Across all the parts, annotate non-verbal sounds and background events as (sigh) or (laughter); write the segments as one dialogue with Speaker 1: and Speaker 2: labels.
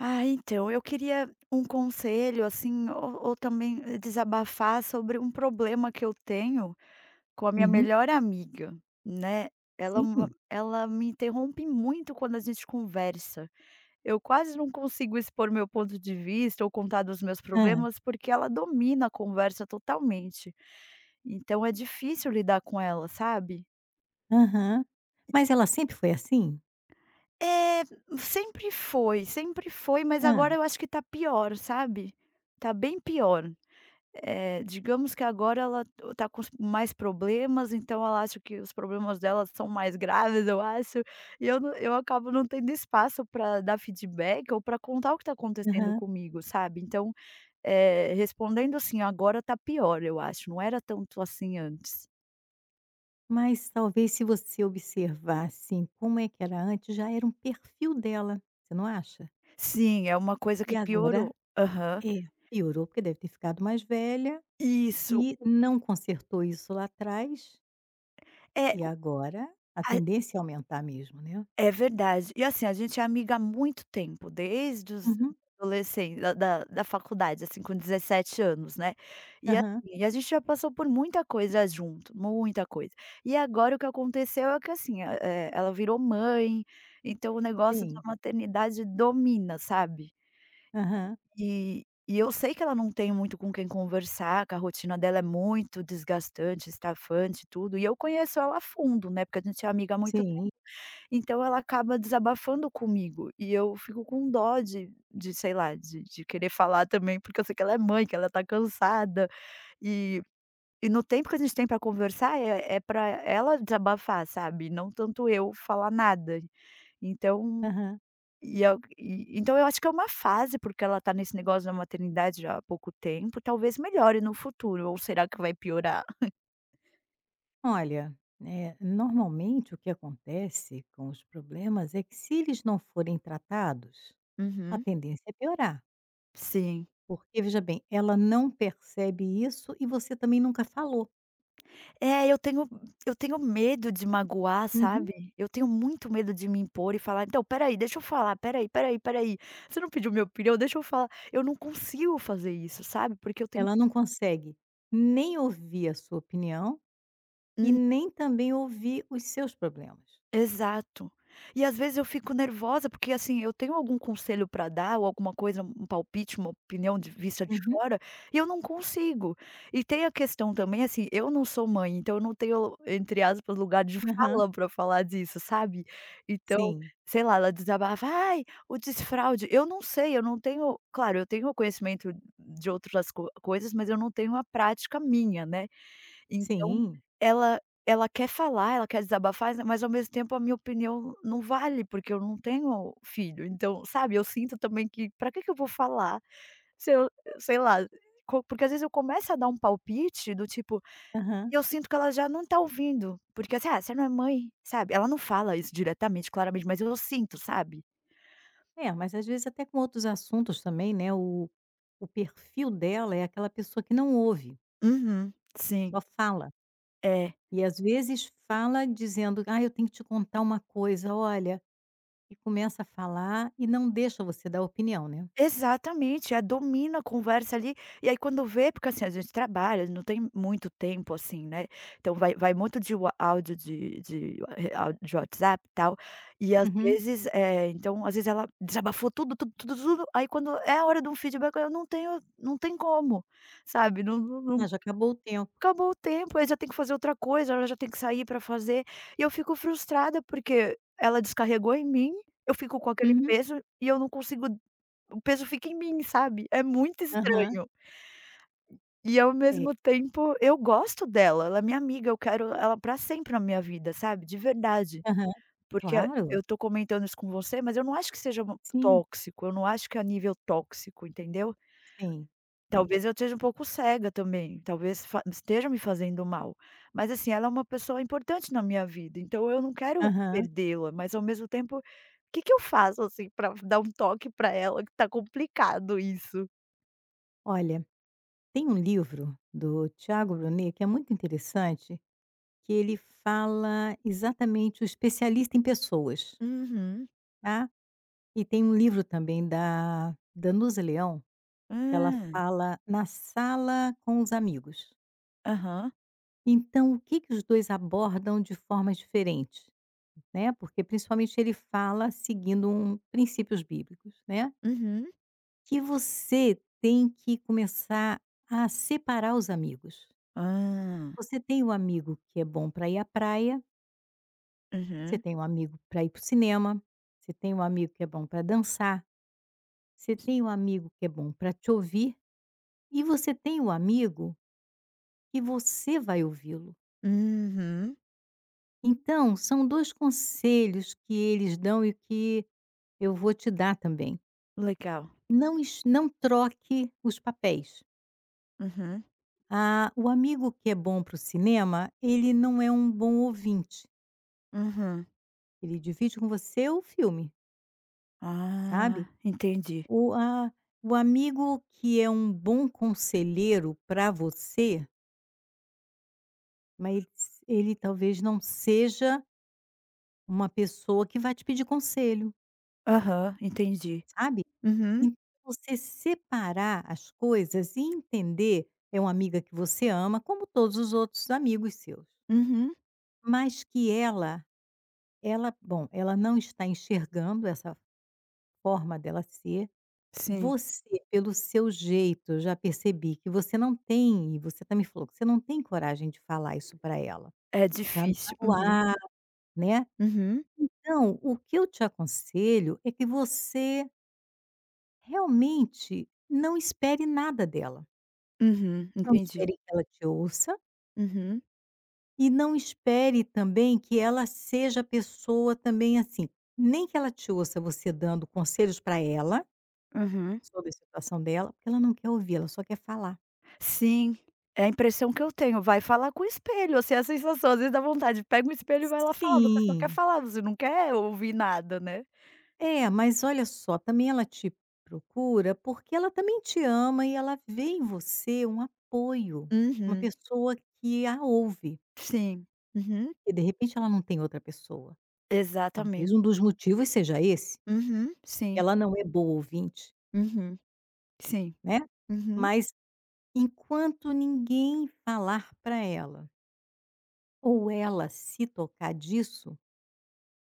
Speaker 1: Ah, então, eu queria um conselho, assim, ou também desabafar sobre um problema que eu tenho com a minha
Speaker 2: Uhum.
Speaker 1: melhor amiga, né? Ela, é uma-
Speaker 2: Sim.
Speaker 1: ela me interrompe muito quando a gente conversa. Eu quase não consigo expor meu ponto de vista ou contar dos meus
Speaker 2: Hã.
Speaker 1: problemas porque ela domina a conversa totalmente. Então é difícil lidar com ela, sabe?
Speaker 2: Aham. Mas ela sempre foi assim?
Speaker 1: É, sempre foi, mas
Speaker 2: Hã.
Speaker 1: agora eu acho que tá pior, sabe? Tá bem pior. Digamos que agora ela está com mais problemas, então ela acha que os problemas dela são mais graves, eu acho, e eu acabo não tendo espaço para dar feedback ou para contar o que está acontecendo
Speaker 2: Aham.
Speaker 1: comigo, sabe. Então, respondendo assim, agora tá pior, eu acho, não era tanto assim antes.
Speaker 2: Mas talvez se você observar, assim, como é que era antes, já era um perfil dela, você não acha?
Speaker 1: Sim, é uma coisa que
Speaker 2: E agora?
Speaker 1: piorou. Aham.
Speaker 2: É, piorou porque deve ter ficado mais velha
Speaker 1: Isso.
Speaker 2: e não consertou isso lá atrás,
Speaker 1: É,
Speaker 2: e
Speaker 1: o
Speaker 2: agora a
Speaker 1: a
Speaker 2: tendência é aumentar mesmo, né?
Speaker 1: É verdade. E assim, a gente é amiga há muito tempo, desde os
Speaker 2: Uhum.
Speaker 1: adolescen da da da faculdade, assim, com 17 anos, né. E assim,
Speaker 2: Aham.
Speaker 1: e a gente já passou por muita coisa junto, muita coisa. E agora o que aconteceu é que assim, ela virou mãe, então o negócio da
Speaker 2: Sim.
Speaker 1: maternidade domina, sabe.
Speaker 2: Aham.
Speaker 1: E eu sei que ela não tem muito com quem conversar, que a rotina dela é muito desgastante, estafante e tudo, e eu conheço ela a fundo, né, porque a gente é amiga há muito,
Speaker 2: Sim.
Speaker 1: então ela acaba desabafando comigo, e eu fico com dó de sei lá, de querer falar também, porque eu sei que ela é mãe, que ela tá cansada, e no tempo que a gente tem para conversar é para ela desabafar, sabe, não tanto eu falar nada. Então
Speaker 2: Aham.
Speaker 1: então eu acho que é uma fase, porque ela tá nesse negócio da maternidade já há pouco tempo, talvez melhore no futuro, ou será que vai piorar?
Speaker 2: Olha, normalmente o que acontece com os problemas é que, se eles não forem tratados, a
Speaker 1: Uhum.
Speaker 2: tendência é piorar.
Speaker 1: Sim.
Speaker 2: Porque, veja bem, ela não percebe isso e você também nunca falou.
Speaker 1: É, eu tenho eu tenho medo de magoar,
Speaker 2: Uhum.
Speaker 1: sabe. Eu tenho muito medo de me impor e falar: "Então, espera aí, deixa eu falar, espera aí, espera aí, espera aí, você não pediu minha opinião, deixa eu falar". Eu não consigo fazer isso, sabe, porque eu tenho.
Speaker 2: Ela não consegue nem ouvir a sua opinião e
Speaker 1: Hum.
Speaker 2: nem também ouvir os seus problemas.
Speaker 1: Exato. E às vezes eu fico nervosa, porque assim, eu tenho algum conselho para dar ou alguma coisa, um palpite, uma opinião de vista de
Speaker 2: Uhum.
Speaker 1: fora, e eu não consigo. E tem a questão também, assim, eu não sou mãe, então eu não tenho, entre aspas, lugar de
Speaker 2: Aham,
Speaker 1: fala para falar disso, sabe. Então,
Speaker 2: sim,
Speaker 1: sei lá, ela desabava: "Ai, o desfraude", eu não sei, eu não tenho claro, eu tenho o conhecimento de outras co coisas, mas eu não tenho a prática minha, né. Então,
Speaker 2: sim,
Speaker 1: ela ela quer falar, ela quer desabafar, né, mas ao mesmo tempo a minha opinião não vale, porque eu não tenho filho, então, sabe, eu sinto também que pra que que eu vou falar, se eu sei lá, co porque às vezes eu começo a dar um palpite do tipo, e
Speaker 2: aham.
Speaker 1: eu sinto que ela já não tá ouvindo, porque assim: "Ah, você não é mãe", sabe, ela não fala isso diretamente, claramente, mas eu sinto, sabe.
Speaker 2: É, mas às vezes até com outros assuntos também, né, o perfil dela é aquela pessoa que não ouve,
Speaker 1: Uhum, sim,
Speaker 2: só fala.
Speaker 1: é.
Speaker 2: E às vezes fala dizendo: "Ah, eu tenho que te contar uma coisa, olha", e começa a falar e não deixa você dar opinião, né.
Speaker 1: Exatamente, domina a conversa ali, e aí quando vê, porque assim, a gente trabalha, não tem muito tempo assim, né, então vai muito de wa áudio áudio de WhatsApp e tal, e às
Speaker 2: Uhum.
Speaker 1: vezes, então às vezes ela desabafou tudo, tudo, tudo, tudo, aí quando é a hora de um feedback eu não tenho não tem como, sabe, não, não, não,
Speaker 2: "Ah, já acabou o tempo."
Speaker 1: acabou o tempo, aí já tem que fazer outra coisa, ela já tem que sair para fazer, e eu fico frustrada porque ela descarregou em mim, eu fico com aquele
Speaker 2: Uhum.
Speaker 1: peso e eu não consigo, o peso fica em mim, sabe. É muito
Speaker 2: Aham.
Speaker 1: estranho. E ao
Speaker 2: É.
Speaker 1: mesmo tempo eu gosto dela, ela é minha amiga, eu quero ela pra sempre na minha vida, sabe, de verdade.
Speaker 2: Aham.
Speaker 1: Porque
Speaker 2: Claro.
Speaker 1: eu tô comentando isso com você, mas eu não acho que seja uma
Speaker 2: Sim,
Speaker 1: tóxico, eu não acho que é a nível tóxico, entendeu.
Speaker 2: sim, sim.
Speaker 1: Talvez eu esteja um pouco cega também, talvez fa esteja me fazendo mal. Mas, assim, ela é uma pessoa importante na minha vida, então eu não quero
Speaker 2: Aham.
Speaker 1: perdê-la, mas ao mesmo tempo, o que que eu faço, assim, pra dar um toque pra ela que tá complicado isso?
Speaker 2: Olha, tem um livro do Tiago Brunet que é muito interessante, que ele fala exatamente o especialista em pessoas,
Speaker 1: Uhum.
Speaker 2: tá. E tem um livro também da Danusa Leão. Ela
Speaker 1: Ah,
Speaker 2: fala na sala com os amigos.
Speaker 1: aham.
Speaker 2: Então, o que que os 2 abordam de formas diferentes, né, porque principalmente ele fala seguindo um princípios bíblicos, né,
Speaker 1: Uhum.
Speaker 2: que você tem que começar a separar os amigos.
Speaker 1: Ah,
Speaker 2: Você tem um amigo que é bom para ir à praia, você
Speaker 1: uhum.
Speaker 2: tem um amigo para ir para o cinema, você tem um amigo que é bom para dançar, você tem um amigo que é bom para te ouvir, e você tem um amigo que você vai ouvi-lo.
Speaker 1: Uhum.
Speaker 2: Então, são 2 conselhos que eles dão e que eu vou te dar também.
Speaker 1: Legal.
Speaker 2: Não troque os papéis.
Speaker 1: Uhum,
Speaker 2: Ah, o amigo que é bom para o cinema, ele não é um bom ouvinte,
Speaker 1: uhum.
Speaker 2: ele divide com você o filme,
Speaker 1: Ah,
Speaker 2: sabe.
Speaker 1: entendi.
Speaker 2: O a o amigo que é um bom conselheiro para você, mas ele talvez não seja uma pessoa que vai te pedir conselho,
Speaker 1: Aham, entendi.
Speaker 2: sabe.
Speaker 1: Uhum,
Speaker 2: Então, você separar as coisas e entender, é uma amiga que você ama, como todos os outros amigos seus,
Speaker 1: uhum.
Speaker 2: mas que ela bom, ela não está enxergando essa forma dela ser.
Speaker 1: Sim.
Speaker 2: Você, pelo seu jeito, eu já percebi que você não tem, e você também falou que você não tem coragem de falar isso para ela,
Speaker 1: É
Speaker 2: para não
Speaker 1: difícil. Uhum,
Speaker 2: magoar, né.
Speaker 1: uhum,
Speaker 2: Então, o que eu te aconselho é que você realmente não espere nada dela.
Speaker 1: uhum,
Speaker 2: Não
Speaker 1: entendi.
Speaker 2: espere que ela te ouça
Speaker 1: Uhum,
Speaker 2: e não espere também que ela seja a pessoa também assim, nem que ela te ouça você dando conselhos para ela
Speaker 1: uhum.
Speaker 2: sobre a situação dela, porque ela não quer ouvir, ela só quer falar.
Speaker 1: Sim, é a impressão que eu tenho. Vai falar com o espelho, assim, é a sensação, às vezes dá vontade, pega o espelho e vai lá falar, você só quer
Speaker 2: Sim,
Speaker 1: falar, você não quer ouvir nada, né.
Speaker 2: é, mas olha só, também ela te procura porque ela também te ama e ela vê em você um apoio, uma
Speaker 1: Uhum,
Speaker 2: pessoa que a ouve,
Speaker 1: sim. Uhum,
Speaker 2: e de repente ela não tem outra pessoa.
Speaker 1: exatamente.
Speaker 2: Talvez um dos motivos seja esse,
Speaker 1: Uhum, sim.
Speaker 2: ela não é boa ouvinte,
Speaker 1: Uhum, sim.
Speaker 2: né.
Speaker 1: Uhum,
Speaker 2: Mas enquanto ninguém falar para ela ou ela se tocar disso,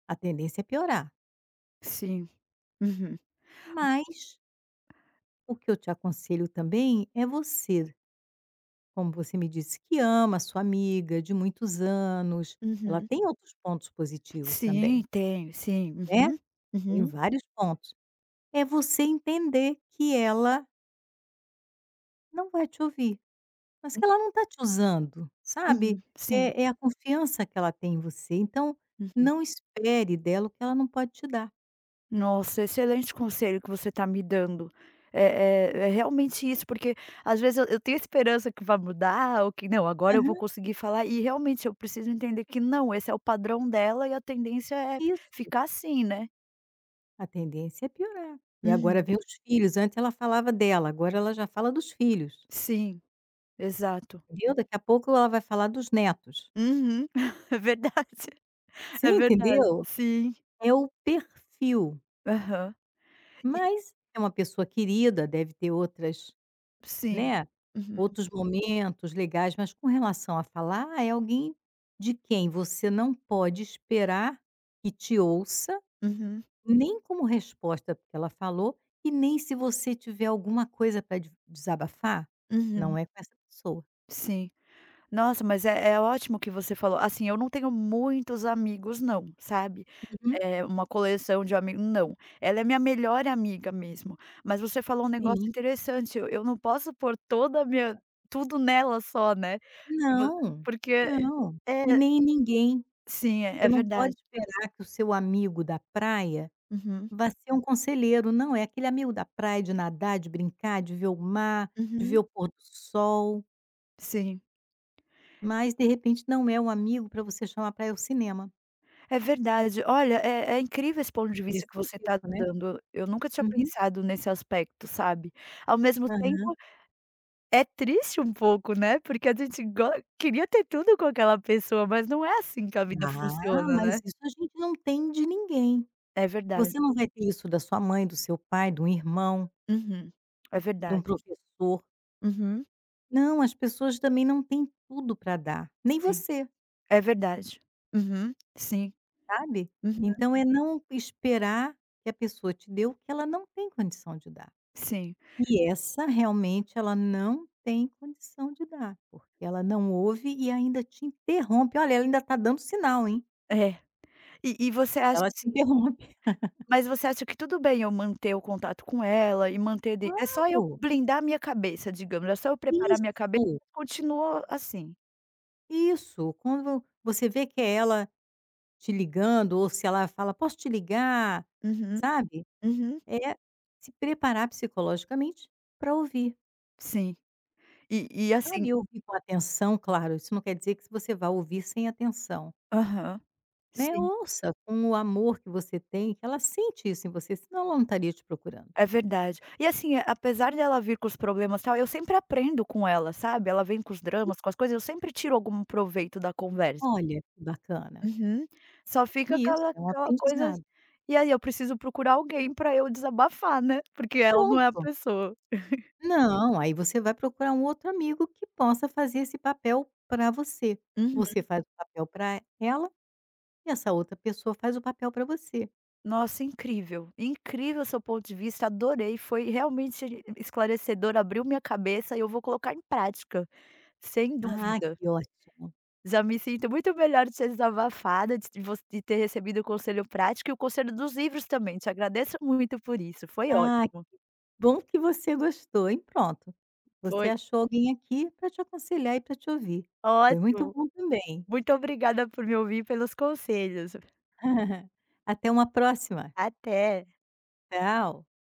Speaker 2: a tendência é piorar.
Speaker 1: sim. Uhum,
Speaker 2: Mas o que eu te aconselho também é você, como você me disse que ama a sua amiga de muitos anos, ela
Speaker 1: uhum.
Speaker 2: tem outros pontos positivos
Speaker 1: Sim,
Speaker 2: também,
Speaker 1: tenho, sim.
Speaker 2: né,
Speaker 1: Uhum,
Speaker 2: tem
Speaker 1: uhum,
Speaker 2: vários pontos. É você entender que ela não vai te ouvir, mas
Speaker 1: hum,
Speaker 2: que ela não está te usando,
Speaker 1: uhum,
Speaker 2: sabe.
Speaker 1: sim.
Speaker 2: É é a confiança que ela tem em você, então
Speaker 1: Uhum.
Speaker 2: não espere dela o que ela não pode te dar.
Speaker 1: Nossa, excelente conselho que você está me dando. É é realmente isso, porque às vezes eu tenho esperança que vai mudar ou que: "Não, agora eu vou
Speaker 2: Aham,
Speaker 1: conseguir falar", e realmente eu preciso entender que não, esse é o padrão dela e a tendência é
Speaker 2: isso.
Speaker 1: ficar assim, né.
Speaker 2: A tendência é piorar. E agora
Speaker 1: Uhum,
Speaker 2: vem os filhos, antes ela falava dela, agora ela já fala dos filhos,
Speaker 1: sim, exato.
Speaker 2: entendeu? Daqui a pouco ela vai falar dos netos.
Speaker 1: Uhum, (laughs) é verdade.
Speaker 2: Você
Speaker 1: É verdade,
Speaker 2: entendeu?
Speaker 1: sim.
Speaker 2: É o perfil,
Speaker 1: Aham. E
Speaker 2: mas é uma pessoa querida, deve ter outras,
Speaker 1: sim.
Speaker 2: né,
Speaker 1: Uhum,
Speaker 2: outros momentos legais, mas com relação a falar, é alguém de quem você não pode esperar que te ouça.
Speaker 1: uhum,
Speaker 2: Nem como resposta porque ela falou, e nem se você tiver alguma coisa para desabafar, não
Speaker 1: uhum,
Speaker 2: é com essa pessoa.
Speaker 1: sim. Nossa, mas é ótimo que você falou. Assim, eu não tenho muitos amigos não, sabe.
Speaker 2: Uhum.
Speaker 1: Eh, uma coleção de amigo não. Ela é minha melhor amiga mesmo. Mas você falou um negócio
Speaker 2: Sim.
Speaker 1: interessante, eu não posso pôr toda a minha tudo nela só, né. Vo
Speaker 2: Não,
Speaker 1: porque
Speaker 2: não. E
Speaker 1: é
Speaker 2: nem ninguém.
Speaker 1: Sim, é
Speaker 2: Você
Speaker 1: é
Speaker 2: não
Speaker 1: verdade.
Speaker 2: pode esperar que o seu amigo da praia
Speaker 1: Uhum,
Speaker 2: vá ser um conselheiro, não, é aquele amigo da praia, de nadar, de brincar, de ver o mar, de ver
Speaker 1: uhum,
Speaker 2: o pôr do sol,
Speaker 1: sim.
Speaker 2: mas de repente não é um amigo para você chamar para ir ao cinema.
Speaker 1: É verdade. Olha, é incrível esse ponto de vista que
Speaker 2: Interessante
Speaker 1: você está
Speaker 2: isso, né?
Speaker 1: dando. Eu nunca tinha
Speaker 2: Uhum.
Speaker 1: pensado nesse aspecto, sabe. Ao mesmo
Speaker 2: Aham.
Speaker 1: tempo, é triste um pouco, né, porque a gente go queria ter tudo com aquela pessoa, mas não é assim que a vida
Speaker 2: Ah,
Speaker 1: funciona,
Speaker 2: mas
Speaker 1: né.
Speaker 2: isso a gente não tem de ninguém.
Speaker 1: É verdade.
Speaker 2: Você não vai ter isso da sua mãe, do seu pai, de um irmão,
Speaker 1: Uhum. É
Speaker 2: de um
Speaker 1: verdade.
Speaker 2: professor.
Speaker 1: Uhum.
Speaker 2: Não, as pessoas também não têm tudo para dar, nem
Speaker 1: Sim.
Speaker 2: você,
Speaker 1: É verdade. Uhum. Sim.
Speaker 2: sabe.
Speaker 1: Uhum.
Speaker 2: Então, é não esperar que a pessoa te dê o que ela não tem condição de dar.
Speaker 1: Sim.
Speaker 2: E essa realmente ela não tem condição de dar, porque ela não ouve e ainda te interrompe. Olha, ela ainda está dando sinal, hein.
Speaker 1: É. E e você acha
Speaker 2: Ela te
Speaker 1: assim,
Speaker 2: interrompe. (laughs)
Speaker 1: mas você acha que tudo bem eu manter o contato com ela e manter de é só eu
Speaker 2: Claro,
Speaker 1: blindar a minha cabeça, digamos, é só eu preparar minha cabeça
Speaker 2: isso,
Speaker 1: e continua assim.
Speaker 2: isso. Quando você vê que é ela te ligando, ou se ela fala: "Posso te ligar?",
Speaker 1: Uhum,
Speaker 2: sabe,
Speaker 1: uhum,
Speaker 2: é se preparar psicologicamente para ouvir,
Speaker 1: sim. E e assim
Speaker 2: sabe, ouvir com atenção, claro, isso não quer dizer que você vá ouvir sem atenção,
Speaker 1: aham,
Speaker 2: né,
Speaker 1: sim,
Speaker 2: ouça com o amor que você tem, que ela sente isso em você, senão ela não estaria te procurando.
Speaker 1: é verdade. E assim, apesar dela vir com os problemas, tal, eu sempre aprendo com ela, sabe. Ela vem com os
Speaker 2: Se
Speaker 1: dramas, com as coisas, eu sempre tiro algum proveito da conversa.
Speaker 2: olha, que bacana,
Speaker 1: Uhum. Só fica
Speaker 2: isso,
Speaker 1: aquela
Speaker 2: é um
Speaker 1: aquela coisa,
Speaker 2: aprendizado.
Speaker 1: e aí eu preciso procurar alguém pra eu desabafar, né, porque ela não é a
Speaker 2: Pronto.
Speaker 1: pessoa.
Speaker 2: Não, aí você vai procurar um outro amigo que possa fazer esse papel para você.
Speaker 1: Uhum.
Speaker 2: Você faz o papel para ela e essa outra pessoa faz o papel para você.
Speaker 1: Nossa, incrível. Incrível seu ponto de vista, adorei, foi realmente esclarecedor, abriu minha cabeça e eu vou colocar em prática, sem
Speaker 2: "Ah,
Speaker 1: dúvida.
Speaker 2: que ótimo.
Speaker 1: Já me sinto muito melhor de ser desabafada, de ter recebido o conselho prático e o conselho dos livros também, te agradeço muito por isso, foi
Speaker 2: Ah, que
Speaker 1: ótimo.
Speaker 2: bom que você gostou", e pronto. Você
Speaker 1: Foi
Speaker 2: achou alguém aqui para te aconselhar e para te ouvir. Foi muito
Speaker 1: ótimo.
Speaker 2: bom também.
Speaker 1: Muito obrigada por me ouvir e pelos conselhos.
Speaker 2: (laughs) Até uma próxima.
Speaker 1: Até.
Speaker 2: Tchau.